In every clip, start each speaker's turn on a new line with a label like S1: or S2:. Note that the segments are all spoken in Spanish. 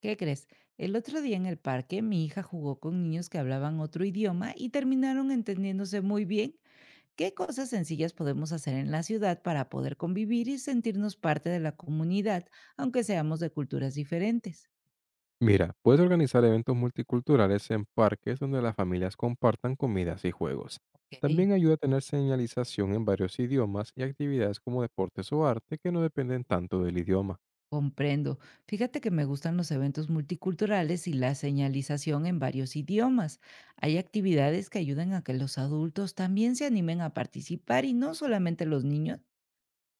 S1: ¿Qué crees? El otro día en el parque mi hija jugó con niños que hablaban otro idioma y terminaron entendiéndose muy bien. ¿Qué cosas sencillas podemos hacer en la ciudad para poder convivir y sentirnos parte de la comunidad, aunque seamos de culturas diferentes?
S2: Mira, puedes organizar eventos multiculturales en parques donde las familias compartan comidas y juegos.
S1: Ok.
S2: También ayuda a tener señalización en varios idiomas y actividades como deportes o arte que no dependen tanto del idioma.
S1: Comprendo. Fíjate que me gustan los eventos multiculturales y la señalización en varios idiomas. Hay actividades que ayudan a que los adultos también se animen a participar y no solamente los niños.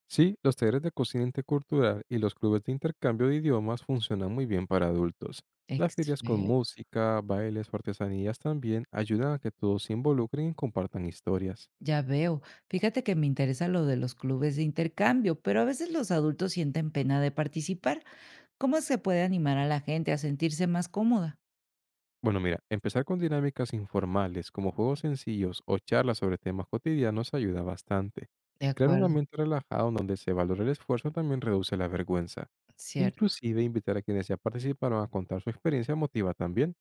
S2: Sí, los talleres de cocina intercultural y los clubes de intercambio de idiomas funcionan muy bien para adultos. Las ferias con música, bailes o artesanías también ayudan a que todos se involucren y compartan historias.
S1: Ya veo. Fíjate que me interesa lo de los clubes de intercambio, pero a veces los adultos sienten pena de participar. ¿Cómo se puede animar a la gente a sentirse más cómoda?
S2: Bueno, mira, empezar con dinámicas informales como juegos sencillos o charlas sobre temas cotidianos ayuda bastante.
S1: De
S2: Crear un
S1: acuerdo,
S2: ambiente relajado en donde se valore el esfuerzo también reduce la vergüenza.
S1: cierto.
S2: Inclusive invitar a quienes ya participaron a contar su experiencia motiva también.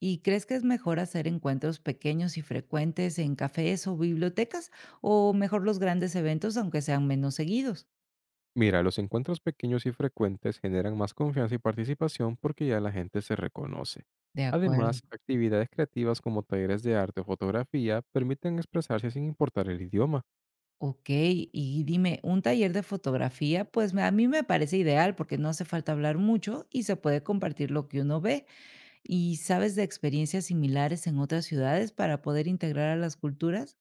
S1: ¿Y crees que es mejor hacer encuentros pequeños y frecuentes en cafés o bibliotecas o mejor los grandes eventos aunque sean menos seguidos?
S2: Mira, los encuentros pequeños y frecuentes generan más confianza y participación porque ya la gente se reconoce.
S1: De acuerdo.
S2: Además, actividades creativas como talleres de arte o fotografía permiten expresarse sin importar el idioma.
S1: Ok, y dime, un taller de fotografía, pues a mí me parece ideal porque no hace falta hablar mucho y se puede compartir lo que uno ve. ¿Y sabes de experiencias similares en otras ciudades para poder integrar a las culturas?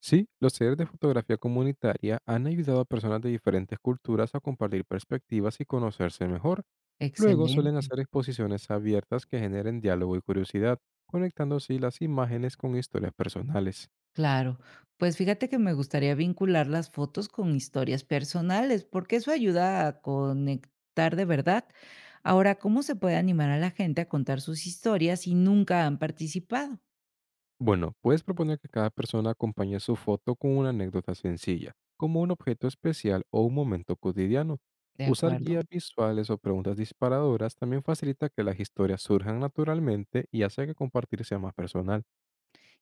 S2: Sí, los talleres de fotografía comunitaria han ayudado a personas de diferentes culturas a compartir perspectivas y conocerse mejor. Luego suelen
S1: Excelente,
S2: hacer exposiciones abiertas que generen diálogo y curiosidad, conectando así las imágenes con historias personales.
S1: claro. Pues fíjate que me gustaría vincular las fotos con historias personales, porque eso ayuda a conectar de verdad. Ahora, ¿cómo se puede animar a la gente a contar sus historias si nunca han participado?
S2: Bueno, puedes proponer que cada persona acompañe su foto con una anécdota sencilla, como un objeto especial o un momento cotidiano.
S1: De
S2: Usar
S1: acuerdo.
S2: guías visuales o preguntas disparadoras también facilita que las historias surjan naturalmente y hace que compartir sea más personal.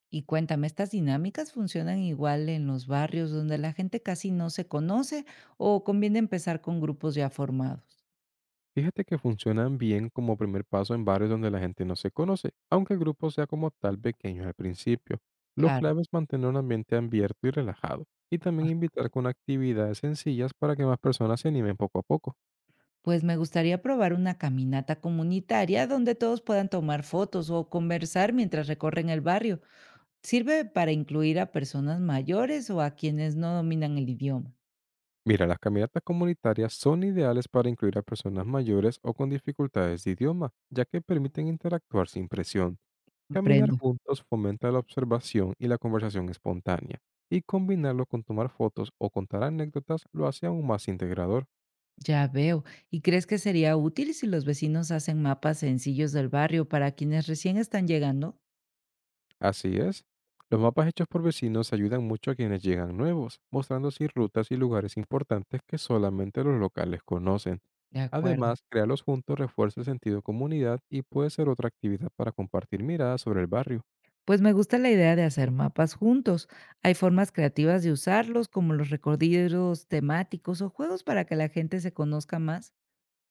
S1: Y cuéntame, ¿estas dinámicas funcionan igual en los barrios donde la gente casi no se conoce o conviene empezar con grupos ya formados?
S2: Fíjate que funcionan bien como primer paso en barrios donde la gente no se conoce, aunque el grupo sea como tal pequeño al principio. Lo
S1: Claro.
S2: clave es mantener un ambiente abierto y relajado, y también invitar con actividades sencillas para que más personas se animen poco a poco.
S1: Pues me gustaría probar una caminata comunitaria donde todos puedan tomar fotos o conversar mientras recorren el barrio. ¿Sirve para incluir a personas mayores o a quienes no dominan el idioma?
S2: Mira, las caminatas comunitarias son ideales para incluir a personas mayores o con dificultades de idioma, ya que permiten interactuar sin presión. Caminar
S1: Comprendo.
S2: juntos fomenta la observación y la conversación espontánea, y combinarlo con tomar fotos o contar anécdotas lo hace aún más integrador.
S1: Ya veo. ¿Y crees que sería útil si los vecinos hacen mapas sencillos del barrio para quienes recién están llegando?
S2: Así es. Los mapas hechos por vecinos ayudan mucho a quienes llegan nuevos, mostrando así rutas y lugares importantes que solamente los locales conocen.
S1: De acuerdo.
S2: Además, crearlos juntos refuerza el sentido de comunidad y puede ser otra actividad para compartir miradas sobre el barrio.
S1: Pues me gusta la idea de hacer mapas juntos. Hay formas creativas de usarlos, como los recorridos temáticos o juegos para que la gente se conozca más.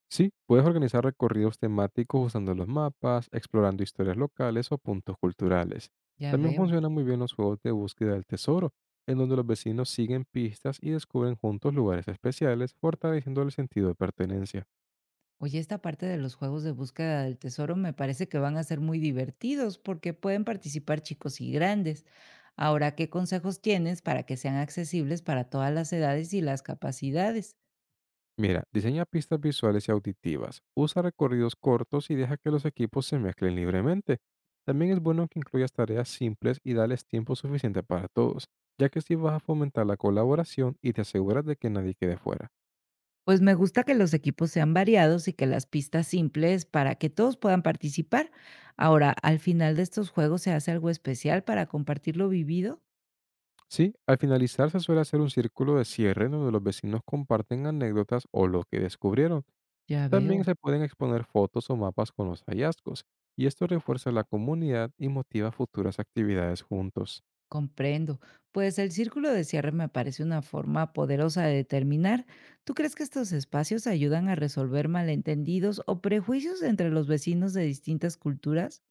S2: Sí, puedes organizar recorridos temáticos usando los mapas, explorando historias locales o puntos culturales.
S1: Ya
S2: También
S1: veo.
S2: funcionan muy bien los juegos de búsqueda del tesoro, en donde los vecinos siguen pistas y descubren juntos lugares especiales, fortaleciendo el sentido de pertenencia.
S1: Oye, esta parte de los juegos de búsqueda del tesoro me parece que van a ser muy divertidos porque pueden participar chicos y grandes. Ahora, ¿qué consejos tienes para que sean accesibles para todas las edades y las capacidades?
S2: Mira, diseña pistas visuales y auditivas, usa recorridos cortos y deja que los equipos se mezclen libremente. También es bueno que incluyas tareas simples y dales tiempo suficiente para todos, ya que así vas a fomentar la colaboración y te aseguras de que nadie quede fuera.
S1: Pues me gusta que los equipos sean variados y que las pistas simples para que todos puedan participar. Ahora, al final de estos juegos se hace algo especial para compartir lo vivido.
S2: Sí, al finalizar se suele hacer un círculo de cierre donde los vecinos comparten anécdotas o lo que descubrieron.
S1: Ya
S2: También
S1: veo.
S2: se pueden exponer fotos o mapas con los hallazgos, y esto refuerza la comunidad y motiva futuras actividades juntos.
S1: Comprendo. Pues el círculo de cierre me parece una forma poderosa de determinar. ¿Tú crees que estos espacios ayudan a resolver malentendidos o prejuicios entre los vecinos de distintas culturas?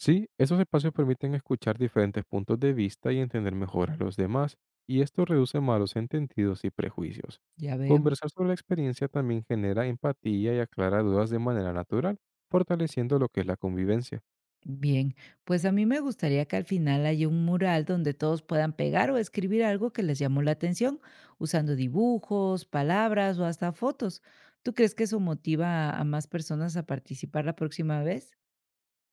S2: Sí, esos espacios permiten escuchar diferentes puntos de vista y entender mejor a los demás, y esto reduce malos entendidos y prejuicios.
S1: Ya veo.
S2: Conversar sobre la experiencia también genera empatía y aclara dudas de manera natural, fortaleciendo lo que es la convivencia.
S1: Bien, pues a mí me gustaría que al final haya un mural donde todos puedan pegar o escribir algo que les llamó la atención, usando dibujos, palabras o hasta fotos. ¿Tú crees que eso motiva a más personas a participar la próxima vez?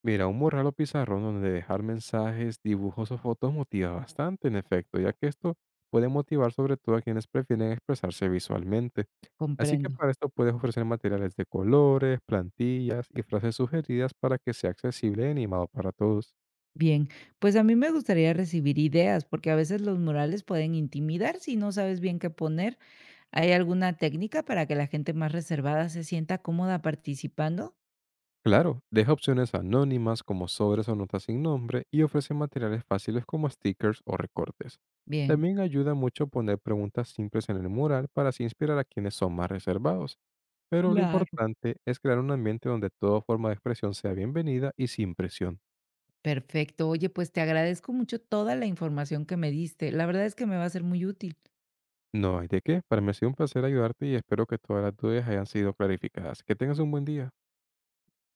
S2: Mira, un mural o pizarrón donde dejar mensajes, dibujos o fotos motiva bastante, en efecto, ya que esto puede motivar sobre todo a quienes prefieren expresarse visualmente. Así que
S1: Comprendo.
S2: para esto puedes ofrecer materiales de colores, plantillas y frases sugeridas para que sea accesible y animado para todos.
S1: Bien, pues a mí me gustaría recibir ideas, porque a veces los murales pueden intimidar si no sabes bien qué poner. ¿Hay alguna técnica para que la gente más reservada se sienta cómoda participando?
S2: Claro, deja opciones anónimas como sobres o notas sin nombre y ofrece materiales fáciles como stickers o recortes.
S1: Bien.
S2: También ayuda mucho poner preguntas simples en el mural para así inspirar a quienes son más reservados. Pero lo
S1: Claro,
S2: importante es crear un ambiente donde toda forma de expresión sea bienvenida y sin presión.
S1: perfecto. Oye, pues te agradezco mucho toda la información que me diste. La verdad es que me va a ser muy útil.
S2: No hay de qué, para mí ha sido un placer ayudarte y espero que todas las dudas hayan sido clarificadas. Que tengas un buen día.